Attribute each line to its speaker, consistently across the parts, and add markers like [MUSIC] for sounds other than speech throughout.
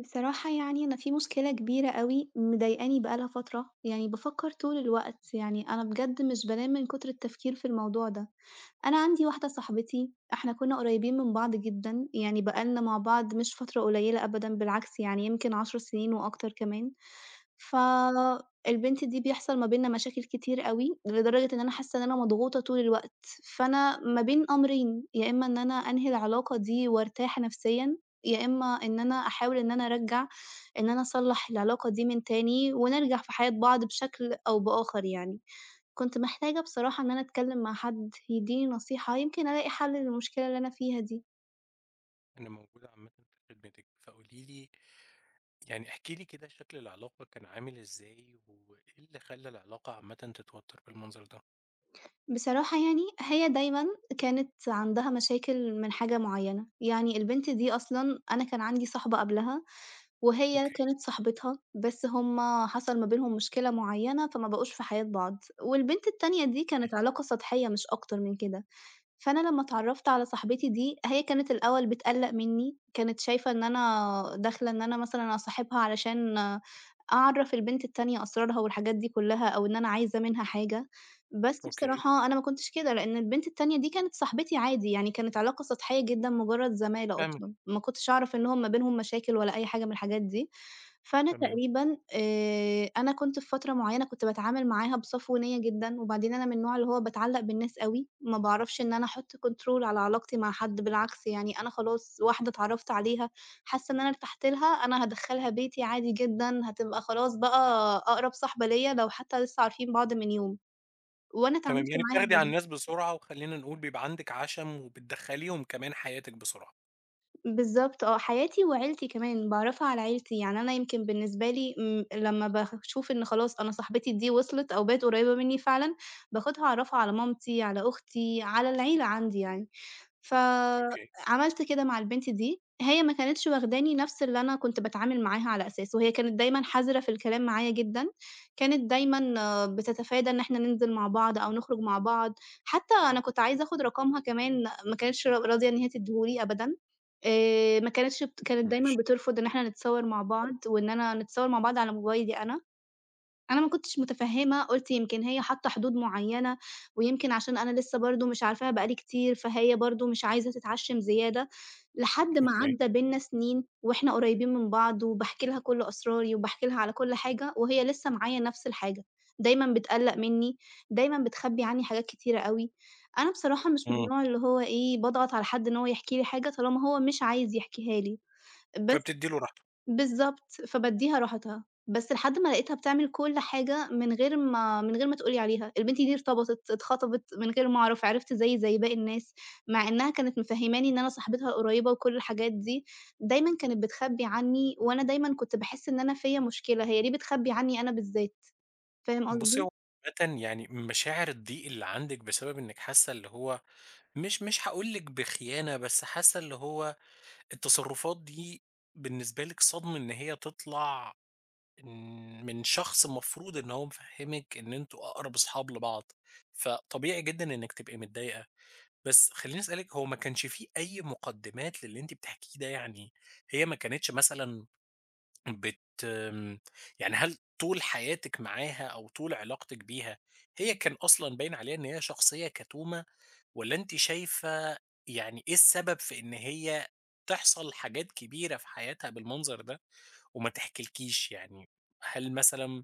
Speaker 1: بصراحة يعني أنا في مشكلة كبيرة أوي مضايقاني بقى لها فترة، يعني بافكّر طول الوقت، يعني أنا بجد مش بانام من كتر التفكير في الموضوع ده. أنا عندي واحدة صاحبتي، إحنا كُنّا قريبين من بعض جدًا، يعني بقى لنا مع بعض مش فترة قليلة أبدًا بالعكس يعني يمكن 10 سنين وأكتر كمان، فالبنت دي بيحصل ما بيننا مشاكل كتير أوي، لدرجة إن أنا حاسة إن أنا مضغوطة طول الوقت، فأنا ما بين أمرين، يا إمّا إن أنا أنهي العلاقة دي وارتاح نفسيًا، يا إمّا إن أنا أحاول إن أنا أرجّع إن أنا أصلّح العلاقة دي من تاني ونرجع في حياة بعض بشكل أو بآخر يعني. كنت محتاجة بصراحة إن أنا أتكلّم مع حد يدّيني نصيحة، يمكن ألاقي حَل للمشكلة اللي أنا فيها دي.
Speaker 2: أنا موجودة عامةً في خدمتِك، فقولي لي احكي لي كده شكل العلاقة كان عامل إزاي، وإيه اللي خلّى العلاقة عامةً تتوتر بالمنظر ده؟
Speaker 1: بصراحة يعني هي دايمًا كانت عندها مشاكل من حاجة معيّنة، يعني البنت دي أصلًا أنا كان عندي صاحبة قبلها وهي
Speaker 2: أوكي،
Speaker 1: كانت صاحبتها، بس هُم حصل ما بينهم مشكلة معيّنة، فما بقوش في حياة بعض، والبنت التانية دي كانت
Speaker 2: ماشي.
Speaker 1: علاقة سطحية مش أكتر من كده. فأنا لمّا اتعرّفت على صاحبتي دي، هي كانت الأول بتقلّق منّي، كانت شايفة إن أنا داخلة إن أنا مثلًا أصاحبها علشان أعرّف البنت التانية أسرارها والحاجات دي كلّها أو إن أنا عايزة منها حاجة، بس
Speaker 2: أوكي،
Speaker 1: بصراحة أنا ما كنتش كده، لإن البنت التانية دي كانت صاحبتي عادي، يعني كانت علاقة سطحية جدًا مجرّد زمالة
Speaker 2: فاهمِك،
Speaker 1: أصلًا، ما كنتش أعرف إنهم ما بينهم مشاكل ولا أي حاجة من الحاجات دي. فأنا
Speaker 2: تمام،
Speaker 1: تقريبًا أنا كنت في فترة معيّنة كنت باتعامل معاها بصفويّنية جدًا، وبعدين أنا من النوع اللي هو باتعلّق بالناس أوي، ما باعرفش إن أنا أحُط control على علاقتي مع حد، بالعكس يعني أنا خلاص واحدة اتعرّفت عليها، حاسّة إن أنا ارتحت لها، أنا هادخّلها بيتي عادي جدًا، هتبقى خلاص بقى أقرب صاحبة ليّا لو حتى لسه عارفين بعض من يوم، وأنا
Speaker 2: تمام،
Speaker 1: اتعاملت
Speaker 2: يعني
Speaker 1: معاها
Speaker 2: بتاخدي على الناس بسرعة، وخلّينا نقول بيبقى عندِك عَشَم، وبتدخّليهم كمان حياتِك بسرعة.
Speaker 1: بالضبط آه، حياتي وعيلتي كمان، باعرّفها على عيلتي، يعني أنا يمكن بالنسبة لي لمّا باشوف إن خلاص أنا صاحبتي دي وصلت أو بقت قريّبة منّي فعلًا، باخدها أعرّفها على مامتي، على أختي، على العيلة عندي يعني.
Speaker 2: أوكي،
Speaker 1: فعملت كده مع البنت دي، هي ما كانتش واخداني نفس اللي أنا كنت باتعامل معاها على أساسه، هي كانت دايمًا حذرة في الكلام معايا جدًا، كانت دايمًا بتتفادى إن إحنا ننزل مع بعض أو نخرج مع بعض، حتى أنا كنت عايزة آخُد رقمها كمان ما كانتش را راضية إن هي تدّيه لي أبدًا، ما كانتش بت كانت دايمًا
Speaker 2: ماشي،
Speaker 1: بترفض إن إحنا نتصوّر مع بعض وإن أنا نتصوّر مع بعض على موبايلي أنا. أنا ما كنتش متفهّمة، قُلت يمكن هي حاطة حدود معيّنة، ويمكن عشان أنا لسه برضه مش عارفاها بقى لي كتير، فهي برضه مش عايزة تتعشِّم زيادة، لحد ما
Speaker 2: أوكي،
Speaker 1: عدّى بيننا سنين وإحنا قريبين من بعض، وباحكي لها كل أسراري وباحكي لها على كل حاجة، وهي لسه معايا نفس الحاجة، دايمًا بتقلّق منّي، دايمًا بتخبّي عني حاجات كتيرة أوي. أنا بصراحة مش من
Speaker 2: إمم،
Speaker 1: النوع اللي هو إيه، باضغط على حد إن هو يحكي لي حاجة طالما هو مش عايز يحكيها لي، بس
Speaker 2: فبتدّي له راحته.
Speaker 1: بالضبط، فبادّيها راحتها، بس لحد ما لقيتها بتعمل كل حاجة من غير ما تقول لي عليها، البنت دي ارتبطت، اتخطبت من غير ما أعرف، عرفت زيي زي باقي الناس، مع إنها كانت مفهّماني إن أنا صاحبتها القريبة وكل الحاجات دي، دايمًا كانت بتخبّي عني، وأنا دايمًا كنت باحس إن أنا فيّا مشكلة، هي ليه بتخبّي عني أنا بالذات؟ فاهم
Speaker 2: بُصّي، هو
Speaker 1: قصدي؟
Speaker 2: عامةً يعني مشاعر الضيق اللي عندِك بسبب إنِّك حاسة اللي هو مش هاقول لِك بخيانة، بس حاسة اللي هو التصرفات دي بالنسبة لِك صدمة إن هي تطلع إن من شخص المفروض إن هو مفهّمِك إن أنتم أقرب أصحاب لبعض، فطبيعي جدًا إنِّك تبقي متضايقة، بس خلّيني أسألِك هو ما كانش في أي مقدمات للي أنتِ بتحكيه ده يعني، هي ما كانتش مثلًا بت آمم، يعني هل طول حياتِك معاها أو طول علاقتِك بيها هي كان أصلًا باين عليها إن هي شخصية كتومة؟ والّا أنتِ شايفة يعني إيه السبب في إن هي تحصل حاجات كبيرة في حياتها بالمنظر ده وما تحكيلكيش يعني؟ هل مثلًا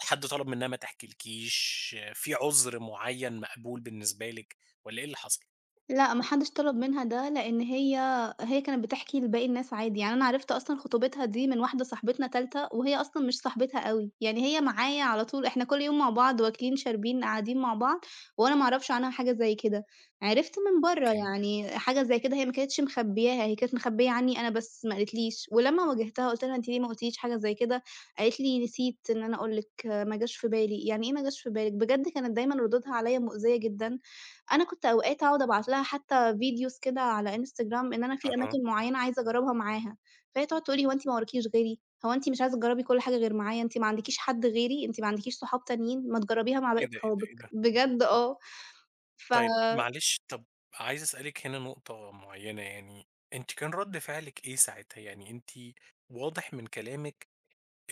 Speaker 2: حد طلب منها ما تحكيلكيش، في عُذر معيّن مقبول بالنسبة لِك والّا إيه اللي حصل؟
Speaker 1: لأ، ما حدش طلب منها ده، لإن هي كانت بتحكي لباقي الناس عادي، يعني أنا عرفت أصلًا خطوبتها دي من واحدة صاحبتنا تالتة، وهي أصلًا مش صاحبتها أوي، يعني هي معايا على طول، إحنا كل يوم مع بعض واكلين شاربين قاعدين مع بعض، وأنا ما أعرفش عنها حاجة زي كده، عرفت من برّه
Speaker 2: أوكي،
Speaker 1: يعني حاجة زي كده هي ما كانتش مخبياها، هي كانت مخبية عني أنا بس ما قالتليش، ولمّا واجهتها قُلت لها: "أنتِ ليه ما قلتيش حاجة زي كده؟" قالت لي: "نسيت إن أنا أقول لِك، ما جاش في بالي." يعني إيه ما جاش في بالِك؟ بجد كانت دايمًا ردودها عليّا مؤذية جدًا. أنا كنت أوقات أقعد أبعت لها حتى videos كده على Instagram إن أنا في
Speaker 2: أها.
Speaker 1: أماكن معيّنة عايزة أجرّبها معاها، فهي تقعد تقول لي: "هو أنتِ ما وراكيش غيري؟ هو أنتِ مش عايزة تجرّبي كل حاجة غير معايا؟ أنتِ ما عندكيش حد غيري؟ أنتِ ما عندكيش صحاب تانيين؟ ما تجرّبيها مع
Speaker 2: إيه
Speaker 1: باقي
Speaker 2: ده، إيه ده،
Speaker 1: صحابِك."
Speaker 2: إيه ده!
Speaker 1: بجد آه. ف
Speaker 2: طيب معلش، طب عايز أسألِك هنا نقطة معيّنة يعني، أنتِ كان رد فعلِك إيه ساعتها؟ يعني أنتِ واضح من كلامِك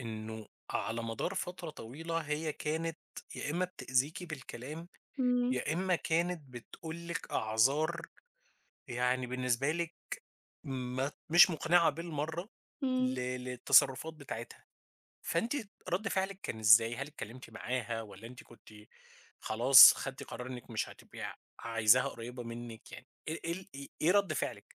Speaker 2: إنه على مدار فترة طويلة هي كانت يا إمّا بتأذيكِ بالكلام،
Speaker 1: إمم،
Speaker 2: يا إمّا كانت بتقول لِك أعذار يعني بالنسبة لِك ما مش مقنعة بالمرّة
Speaker 1: إمم.
Speaker 2: للتصرفات بتاعتها، فأنتِ رَد فعلِك كان إزاي؟ هل اتكلمتِ معاها والّا أنتِ كنتِ خلاص خدتِ قرار إنِّك مش هتبقي عايزاها قريبة منِّك يعني؟ إيه إيه ال إيه إيه رَد فعلِك؟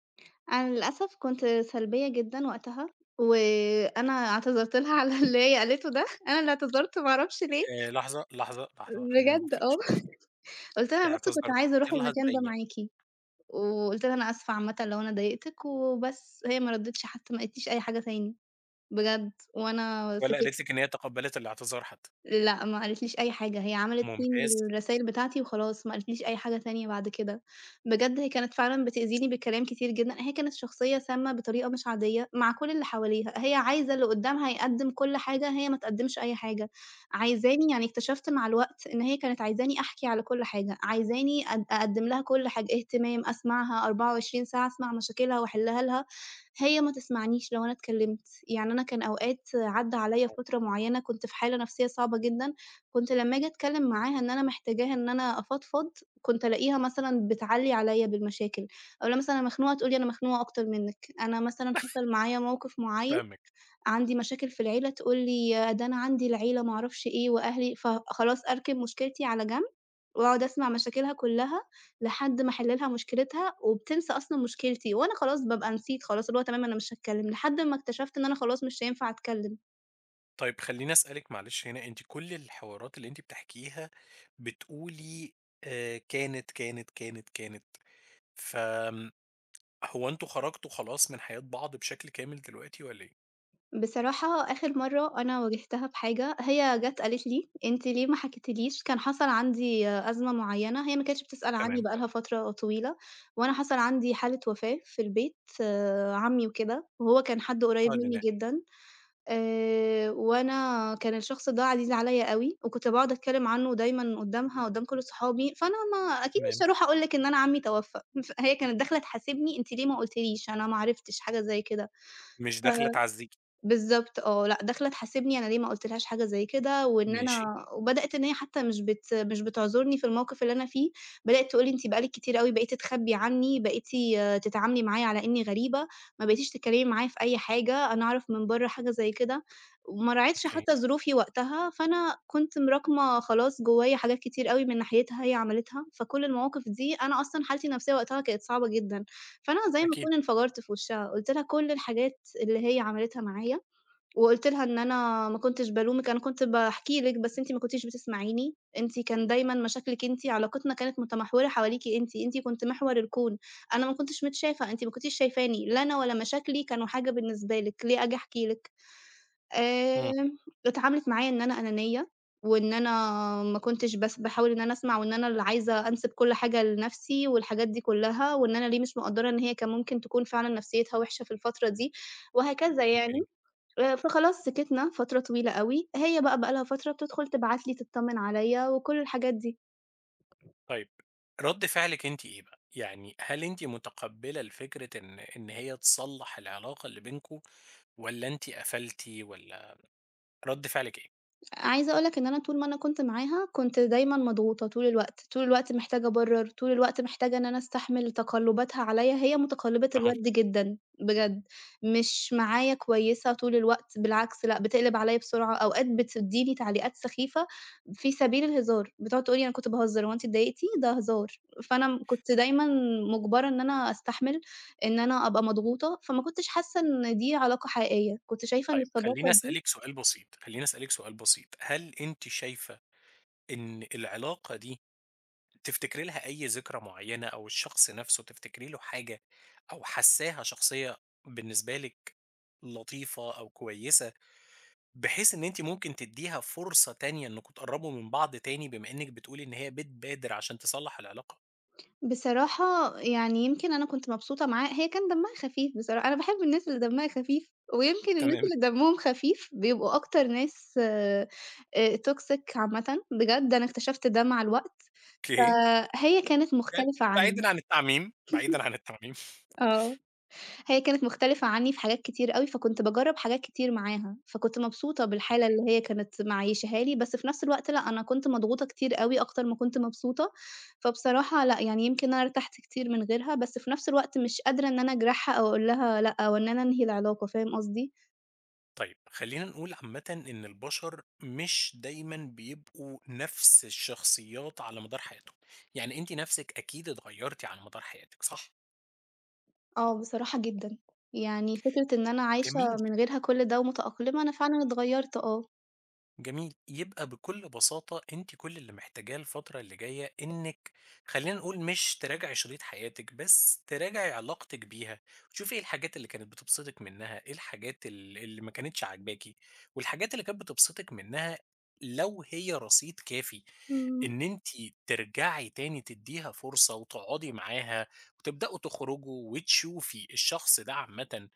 Speaker 1: أنا للأسف كنت سلبية جدًا وقتها، وأنا اعتذرت لها على اللي هي قالته ده، أنا اللي اعتذرت ما أعرفش ليه،
Speaker 2: لحظة، لحظة، لحظة، خلّينا
Speaker 1: بجد
Speaker 2: نقف هنا
Speaker 1: آه.
Speaker 2: شوية، [LAUGHS]
Speaker 1: قُلت لها:
Speaker 2: هي
Speaker 1: "أنا بس كنت
Speaker 2: اعتذرت
Speaker 1: عايزة أروح
Speaker 2: لها
Speaker 1: المكان ده
Speaker 2: إزاي يعني
Speaker 1: معاكِ." وقُلت لها: "أنا آسفة عامةً لو أنا ضايقتِك." وبس، هي ما ردِّتش حتى ما قالتليش أي حاجة تاني بجد، وأنا
Speaker 2: والّا
Speaker 1: سكت.
Speaker 2: قالت لِك إن هي تقبّلت الاعتذار حتى؟
Speaker 1: لأ، ما قالتليش أي حاجة، هي عملت pin
Speaker 2: ممتاز،
Speaker 1: للرسايل بتاعتي وخلاص، ما قالتليش أي حاجة تانية بعد كده. بجد هي كانت فعلًا بتأذيني بكلام كتير جدًا، هي كانت شخصية سامة بطريقة مش عادية مع كل اللي حواليها، هي عايزة اللي قدامها يقدّم كل حاجة، هي ما تقدّمش أي حاجة. عايزاني يعني اكتشفت مع الوقت إن هي كانت عايزاني أحكي على كل حاجة، عايزاني أد أقدّم لها كل حاجة، اهتمام، أسمعها 24 ساعة، أسمع مشاكلها وأحلها لها، هي ما تسمعنيش لو أنا اتكلمت. يعني أنا كان أوقات عدّى عليّا
Speaker 2: آه،
Speaker 1: فترة معيّنة كنت في حالة نفسية صعبة جدًا، كنت لمّا آجي أتكلّم معاها إن أنا محتاجاها إن أنا أفضفض، كنت ألاقيها مثلًا بتعلّي عليّا بالمشاكل، أقول لها مثلًا أنا مخنوقة تقول لي أنا مخنوقة أكتر منِّك، أنا مثلًا حصل معايا موقف معيّن،
Speaker 2: فاهمِك.
Speaker 1: عندي مشاكل في العيلة تقول لي ده أنا عندي العيلة ما أعرفش إيه وأهلي، فخلاص أركن مشكلتي على جنب وأقعد أسمع مشاكلها كلّها لحد ما أحِل لها مشكلتها، وبتنسى أصلًا مشكلتي، وأنا خلاص بابقى نسيت خلاص، اللي هو تمام أنا مش هاتكلّم، لحد ما اكتشفت إن أنا خلاص مش هينفع أتكلّم.
Speaker 2: طيب خلّيني أسألِك معلش هنا، أنتِ كل الحوارات اللي أنتِ بتحكيها بتقولي كانت، كانت، كانت، كانت، فآمم هو أنتم خرجتوا خلاص من حياة بعض بشكل كامل دلوقتي والّا إيه؟
Speaker 1: بصراحة آخر مرّة أنا واجهتها بحاجة، هي جات قالت لي: "أنتِ ليه ما حكيتيليش؟" كان حصل عندي أزمة معيّنة، هي ما كانتش بتسأل عنّي
Speaker 2: تمام،
Speaker 1: بقى لها فترة طويلة، وأنا حصل عندي حالة وفاة في البيت، آه، عمي وكده، وهو كان حد قريّب
Speaker 2: الحمد
Speaker 1: منّي
Speaker 2: لله،
Speaker 1: جدًا. وأنا كان الشخص ده عزيز عليّا أوي، وكنت باقعد أتكلّم عنّه دايمًا قدّامها، قدّام كل صحابي، فأنا ما أكيد مش
Speaker 2: تمام،
Speaker 1: هاروح أقول لِك إن أنا عمي توفى، فهي كانت داخلة تحاسبني: "أنتِ ليه ما قلتيليش، أنا ما عرفتش." حاجة زي كده.
Speaker 2: مش
Speaker 1: ف
Speaker 2: داخلة تعزّيكِ،
Speaker 1: بالضبط آه، لأ داخلة تحاسبني أنا ليه ما قُلت لهاش حاجة زي كده، وإن
Speaker 2: ماشي،
Speaker 1: أنا وبدأت إن هي حتى مش بتعذرني في الموقف اللي أنا فيه، بدأت تقول لي: "أنتِ بقى لِك كتير أوي بقيتِ تخبّي عني، بقيتِ تتعاملي معايا على إني غريبة، ما بقيتيش تتكلمي معايا في أي حاجة، أنا أعرف من برّه حاجة زي كده." وما راعتش
Speaker 2: أوكي،
Speaker 1: حتى ظروفي وقتها، فأنا كنت مراكمة خلاص جوايا حاجات كتير أوي من ناحيتها هي عملتها، فكل المواقف دي أنا أصلًا حالتي النفسية وقتها كانت صعبة جدًا، فأنا زي ما
Speaker 2: أكيد،
Speaker 1: أكون انفجرت في وشها، قُلت لها كل الحاجات اللي هي عملتها معايا، وقُلت لها إن أنا ما كنتش بالومِك، أنا كنت باحكي لِك بس أنتِ ما كنتيش بتسمعيني، أنتِ كان دايمًا مشاكلِك أنتِ، علاقتنا كانت متمحورة حواليكِ أنتِ، أنتِ كنتِ محور الكون، أنا ما كنتش متشافة، أنتِ ما كنتيش شايفاني، لا أنا ولا مشاكلي كانوا حاجة بالنسبة لِك، ليه آجي أحكي لِك؟ آآ،
Speaker 2: إمم،
Speaker 1: اتعاملت معايا إن أنا أنانية، وإن أنا ما كنتش بس باحاول إن أنا أسمع، وإن أنا اللي عايزة أنسب كل حاجة لنفسي والحاجات دي كلها، وإن أنا ليه مش مقدّرة إن هي كان ممكن تكون فعلًا نفسيتها وحشة في الفترة دي، وهكذا يعني.
Speaker 2: أوكي.
Speaker 1: فخلاص سكتنا فترة طويلة أوي، هي بقى لها فترة بتدخل تبعت لي تطمن عليَّ وكل الحاجات دي.
Speaker 2: طيب رَد فعلِك أنتِ إيه بقى؟ يعني هل أنتِ متقبّلة لفكرة إن هي تصلّح العلاقة اللي بينكم والّا أنتِ قفلتِ والّا رَد فعلِك إيه؟
Speaker 1: عايزة أقول لك إن أنا طول ما أنا كنت معاها، كنت دايمًا مضغوطة طول الوقت، طول الوقت محتاجة أبرر، طول الوقت محتاجة إن أنا أستحمل تقلباتها عليَّ، هي متقلبة
Speaker 2: أها.
Speaker 1: الوَد جدًا بجد، مش معايا كويسة طول الوقت، بالعكس لأ بتقلب عليَّ بسرعة، أوقات بتدّيني تعليقات سخيفة في سبيل الهزار، بتقعد تقول لي: "أنا كنت باهزر، هو أنتِ اتضايقتِ؟ ده هزار." فأنا م كنت دايمًا مُجبرة إن أنا أستحمل، إن أنا أبقى مضغوطة، فما كنتش حاسة إن دي علاقة حقيقية، كنت شايفة إن
Speaker 2: طيب خلّيني
Speaker 1: الصداقة دي
Speaker 2: أسألِك سؤال بسيط، خلّيني أسألِك سؤال بسيط، هل أنتِ شايفة إن العلاقة دي تفتكري لها أي ذكرى معيّنة أو الشخص نَفْسه تفتكري له حاجة أو حاسّاها شخصية بالنسبة لِك لطيفة أو كويسة، بحيث إن أنتِ ممكن تدّيها فرصة تانية إنّكم تقرّبوا من بعض تاني بما إنِّك بتقولي إن هي بتبادر عشان تصلّح العلاقة؟
Speaker 1: بصراحة يعني يمكن أنا كنت مبسوطة معاه، هي كان دمها خفيف بصراحة، أنا باحب الناس اللي دمها خفيف، ويمكن الناس
Speaker 2: تمام،
Speaker 1: اللي دمهم خفيف بيبقوا أكتر ناس toxic عامةً، بجد أنا اكتشفت ده مع الوقت،
Speaker 2: أوكي.
Speaker 1: فهي كانت
Speaker 2: يعني
Speaker 1: مختلفة عني.
Speaker 2: بعيدًا عن التعميم، بعيدًا عن التعميم.
Speaker 1: آه. هي كانت مختلفة عني في حاجات كتير أوي، فكنت باجرّب حاجات كتير معاها، فكنت مبسوطة بالحالة
Speaker 2: أوكي.
Speaker 1: اللي هي كانت معيّشاها لي، بس في نفس الوقت لأ، أنا كنت مضغوطة كتير أوي أكتر ما كنت مبسوطة، فبصراحة لأ، يعني يمكن أنا ارتحت كتير من غيرها، بس في نفس الوقت مش قادرة إن أنا أجرحها أو أقول لها لأ، أو إن أنا أنهي العلاقة، فاهم قصدي؟
Speaker 2: طيب خلينا نقول عامةً إن البشر مش دايمًا بيبقوا نفس الشخصيات على مدار حياتهم، يعني أنتِ نفسِك أكيد اتغيّرتِ على مدار حياتِك، صح؟
Speaker 1: آه، بصراحة جدًا، يعني فكرة إن أنا عايشة
Speaker 2: جميل،
Speaker 1: من غيرها كل ده ومتأقلمة، أنا فعلًا اتغيّرت آه،
Speaker 2: جميل. يبقى بكل بساطة أنتِ كل اللي محتاجاه الفترة اللي جاية إنِّك خلّينا نقول مش تراجعي شريط حياتِك، بس تراجعي علاقتِك بيها، وتشوفي إيه الحاجات اللي كانت بتبسطِك منها، إيه الحاجات اللي ما كانتش عاجباكِ، والحاجات اللي كانت بتبسطِك منها لو هي رصيد كافي
Speaker 1: إمم،
Speaker 2: إن أنتِ ترجعي تاني تدّيها فرصة وتقعدي معاها وتبدأوا تخرجوا وتشوفي الشخص ده عامةً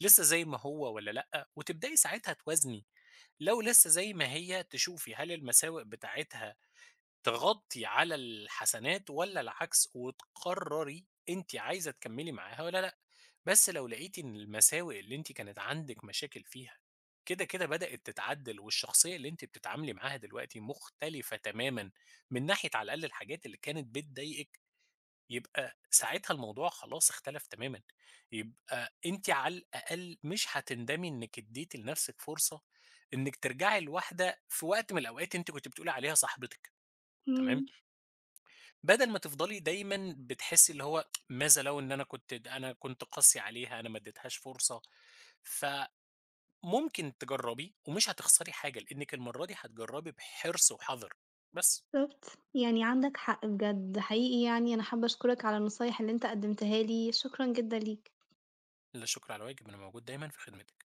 Speaker 2: لسه زي ما هو والّا لأ، وتبدئي ساعتها توازني. لو لسه زي ما هي تشوفي هل المساوئ بتاعتها تغطي على الحسنات والّا العكس، وتقرري أنتِ عايزة تكمّلي معاها والّا لأ، بس لو لقيتِ إن المساوئ اللي أنتِ كانت عندِك مشاكل فيها كده، كده بدأت تتعدّل والشخصية اللي أنتِ بتتعاملي معاها دلوقتي مختلفة تمامًا من ناحية على الأقل الحاجات اللي كانت بتضايقِك، يبقى ساعتها الموضوع خلاص اختلف تمامًا، يبقى أنتِ على الأقل مش هتندمي إنِّك اديتِ لنفسِك فرصة إنِّك ترجعي لواحدة في وقت من الأوقات أنتِ كنتِ بتقولي عليها صاحبتِك، تمام،
Speaker 1: إمم.
Speaker 2: بدل ما تفضلي دايمًا بتحسي اللي هو ماذا لو إن أنا كنت قاسي عليها، أنا ما اديتهاش فرصة، فممكن تجربي ومش هتخسري حاجة، لإنِّك المرة دي هتجربي بحرص وحذر، بس
Speaker 1: بالضبط، يعني عندك حق بجد، حقيقي يعني أنا حابة أشكرك على النصايح اللي أنت قدّمتها لي، شكرًا جدًا ليك.
Speaker 2: لا شكر على واجب، أنا موجود دايمًا في خدمتِك.